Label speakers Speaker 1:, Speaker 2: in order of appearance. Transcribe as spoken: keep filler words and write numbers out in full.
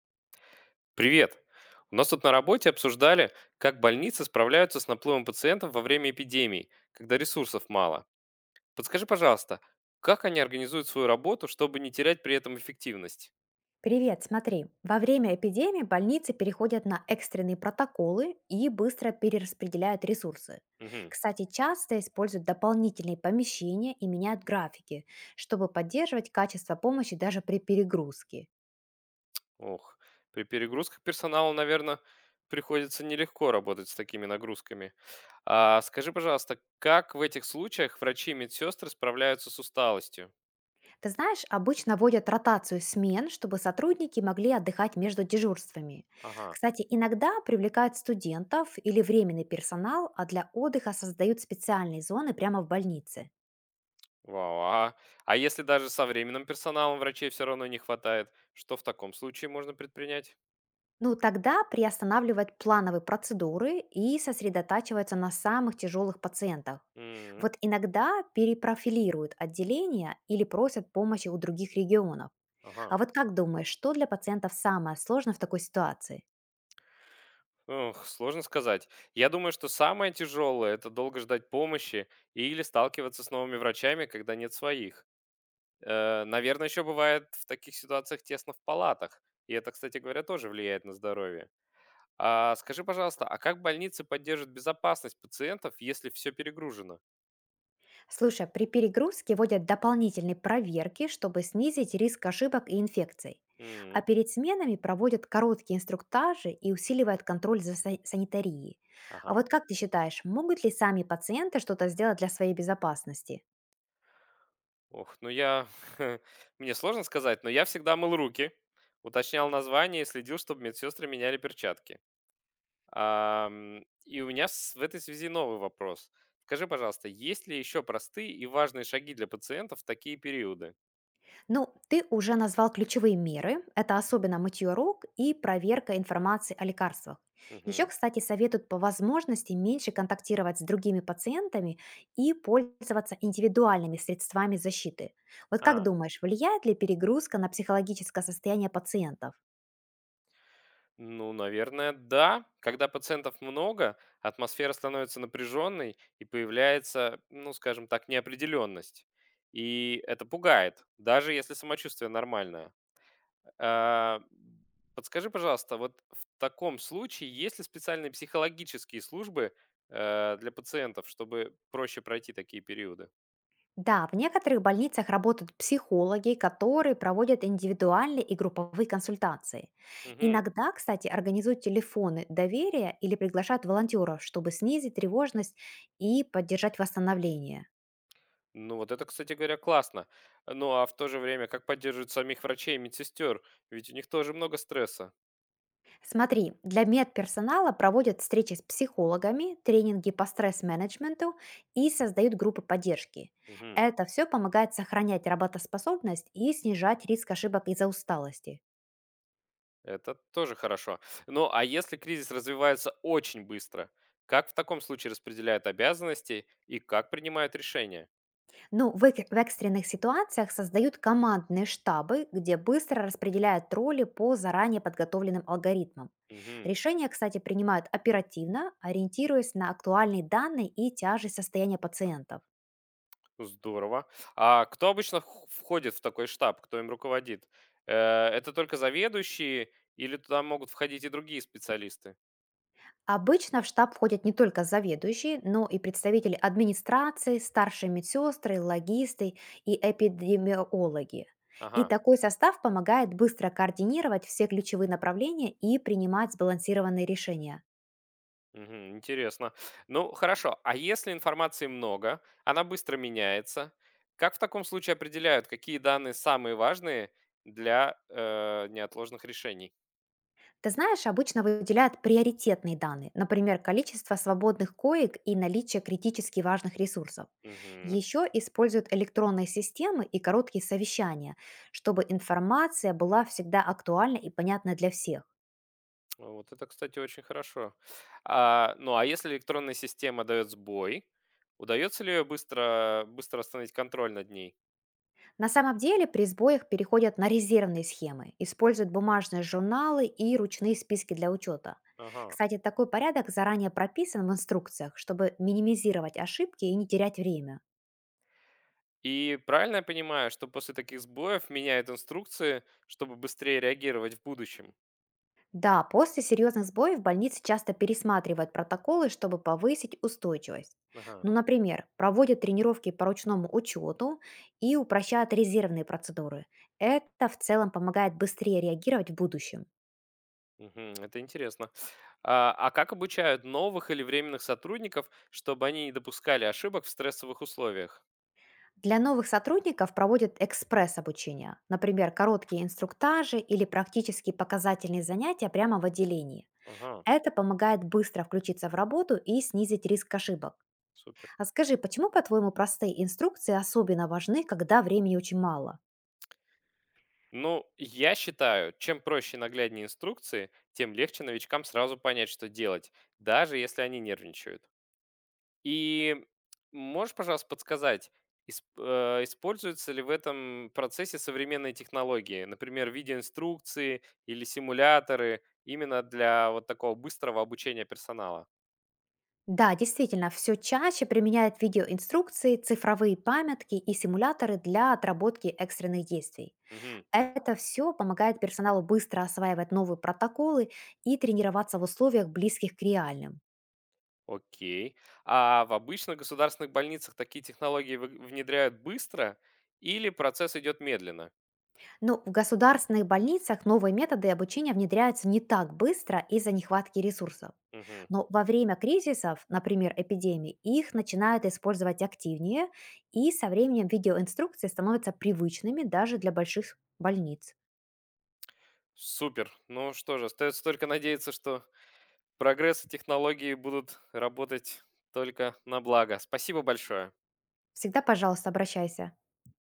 Speaker 1: Привет! У нас тут на работе обсуждали, как больницы справляются с наплывом пациентов во время эпидемий, когда ресурсов мало. Подскажи, пожалуйста, как они организуют свою работу, чтобы не терять при этом эффективность?
Speaker 2: Привет, смотри. Во время эпидемии больницы переходят на экстренные протоколы и быстро перераспределяют ресурсы.
Speaker 1: Мгм.
Speaker 2: Кстати, часто используют дополнительные помещения и меняют графики, чтобы поддерживать качество помощи даже при перегрузке.
Speaker 1: Ох, при перегрузках персонала, наверное, приходится нелегко работать с такими нагрузками. А скажи, пожалуйста, как в этих случаях врачи и медсестры справляются с усталостью?
Speaker 2: Ты знаешь, обычно вводят ротацию смен, чтобы сотрудники могли отдыхать между дежурствами.
Speaker 1: Ага.
Speaker 2: Кстати, иногда привлекают студентов или временный персонал, а для отдыха создают специальные зоны прямо в больнице.
Speaker 1: Вау, ага. А если даже со временным персоналом врачей все равно не хватает, что в таком случае можно предпринять?
Speaker 2: Ну, тогда приостанавливать плановые процедуры и сосредотачиваться на самых тяжелых пациентах.
Speaker 1: М.
Speaker 2: Вот иногда перепрофилируют отделения или просят помощи у других регионов.
Speaker 1: Ага.
Speaker 2: А вот как думаешь, что для пациентов самое сложное в такой ситуации?
Speaker 1: Ох, сложно сказать. Я думаю, что самое тяжелое– это долго ждать помощи или сталкиваться с новыми врачами, когда нет своих. Э, Наверное, еще бывает в таких ситуациях тесно в палатах. И это, кстати говоря, тоже влияет на здоровье. А скажи, пожалуйста, а как больницы поддерживают безопасность пациентов, если все перегружено?
Speaker 2: Слушай, а при перегрузке вводят дополнительные проверки, чтобы снизить риск ошибок и инфекций. А
Speaker 1: М.
Speaker 2: перед сменами проводят короткие инструктажи и усиливают контроль за са- санитарией. А
Speaker 1: Ага.
Speaker 2: вот как ты считаешь, могут ли сами пациенты что-то сделать для своей безопасности?
Speaker 1: Ох, ну я мне сложно сказать, но я всегда мыл руки, уточнял название и следил, чтобы медсестры меняли перчатки. Ам, и у меня с- в этой связи новый вопрос. Скажи, пожалуйста, есть ли еще простые и важные шаги для пациентов в такие периоды?
Speaker 2: Ну, ты уже назвал ключевые меры. Это особенно мытье рук и проверка информации о лекарствах. Еще,
Speaker 1: Мгм.
Speaker 2: кстати, советуют по возможности меньше контактировать с другими пациентами и пользоваться индивидуальными средствами защиты. Вот как
Speaker 1: А,
Speaker 2: думаешь, влияет ли перегрузка на психологическое состояние пациентов?
Speaker 1: ну, наверное, да. Когда пациентов много, атмосфера становится напряженной и появляется, ну, скажем так, неопределенность. И это пугает, даже если самочувствие нормальное. А, подскажи, пожалуйста, вот в таком случае есть ли специальные психологические службы э, для пациентов, чтобы проще пройти такие периоды?
Speaker 2: Да, в некоторых больницах работают психологи, которые проводят индивидуальные и групповые консультации.
Speaker 1: Мгм.
Speaker 2: Иногда, кстати, организуют телефоны доверия или приглашают волонтеров, чтобы снизить тревожность и поддержать восстановление.
Speaker 1: Ну вот это, кстати говоря, классно. Ну а в то же время, как поддерживают самих врачей и медсестер? Ведь у них тоже много стресса.
Speaker 2: Смотри, для медперсонала проводят встречи с психологами, тренинги по стресс-менеджменту и создают группы поддержки.
Speaker 1: Мгм.
Speaker 2: Это все помогает сохранять работоспособность и снижать риск ошибок из-за усталости.
Speaker 1: Это тоже хорошо. Ну а если кризис развивается очень быстро, как в таком случае распределяют обязанности и как принимают решения?
Speaker 2: Ну, в, эк- в экстренных ситуациях создают командные штабы, где быстро распределяют роли по заранее подготовленным алгоритмам.
Speaker 1: Мгм.
Speaker 2: Решения, кстати, принимают оперативно, ориентируясь на актуальные данные и тяжесть состояния пациентов.
Speaker 1: Здорово. А кто обычно вх- входит в такой штаб, кто им руководит? Э, Это только заведующие или туда могут входить и другие специалисты?
Speaker 2: Обычно в штаб входят не только заведующие, но и представители администрации, старшие медсестры, логисты и эпидемиологи. И
Speaker 1: Ага,
Speaker 2: такой состав помогает быстро координировать все ключевые направления и принимать сбалансированные решения.
Speaker 1: мгм, интересно. Ну, хорошо. А если информации много, она быстро меняется, как в таком случае определяют, какие данные самые важные для э, неотложных решений?
Speaker 2: Ты знаешь, обычно выделяют приоритетные данные, например, количество свободных коек и наличие критически важных ресурсов. Еще используют электронные системы и короткие совещания, чтобы информация была всегда актуальна и понятна для всех.
Speaker 1: Ну, вот это, кстати, очень хорошо. А, ну, а если электронная система дает сбой, удается ли ее быстро, быстро восстановить контроль над ней?
Speaker 2: На самом деле при сбоях переходят на резервные схемы, используют бумажные журналы и ручные списки для учета.
Speaker 1: Ага.
Speaker 2: Кстати, такой порядок заранее прописан в инструкциях, чтобы минимизировать ошибки и не терять время.
Speaker 1: И правильно я понимаю, что после таких сбоев меняют инструкции, чтобы быстрее реагировать в будущем?
Speaker 2: Да, после серьезных сбоев больницы часто пересматривают протоколы, чтобы повысить устойчивость.
Speaker 1: Ага.
Speaker 2: Ну, например, проводят тренировки по ручному учету и упрощают резервные процедуры. Это в целом помогает быстрее реагировать в будущем.
Speaker 1: Мгм, это интересно. А, а как обучают новых или временных сотрудников, чтобы они не допускали ошибок в стрессовых условиях?
Speaker 2: Для новых сотрудников проводят экспресс-обучение, например, короткие инструктажи или практические показательные занятия прямо в отделении.
Speaker 1: Ага,
Speaker 2: Это помогает быстро включиться в работу и снизить риск ошибок.
Speaker 1: супер.
Speaker 2: А скажи, почему, по-твоему, простые инструкции особенно важны, когда времени очень мало?
Speaker 1: Ну, я считаю, чем проще и нагляднее инструкции, тем легче новичкам сразу понять, что делать, даже если они нервничают. И можешь, пожалуйста, подсказать, исп- э, используются ли в этом процессе современные технологии, например, видеоинструкции или симуляторы, именно для вот такого быстрого обучения персонала?
Speaker 2: Да, действительно, все чаще применяют видеоинструкции, цифровые памятки и симуляторы для отработки экстренных действий.
Speaker 1: Мгм.
Speaker 2: Это все помогает персоналу быстро осваивать новые протоколы и тренироваться в условиях, близких к реальным.
Speaker 1: Окей. А в обычных государственных больницах такие технологии вы- внедряют быстро или процесс идет медленно?
Speaker 2: Но в государственных больницах новые методы обучения внедряются не так быстро из-за нехватки ресурсов.
Speaker 1: Мгм.
Speaker 2: Но во время кризисов, например, эпидемий, их начинают использовать активнее, и со временем видеоинструкции становятся привычными даже для больших больниц.
Speaker 1: Супер. Ну что же, остается только надеяться, что прогресс и технологии будут работать только на благо. Спасибо большое.
Speaker 2: Всегда, пожалуйста, обращайся.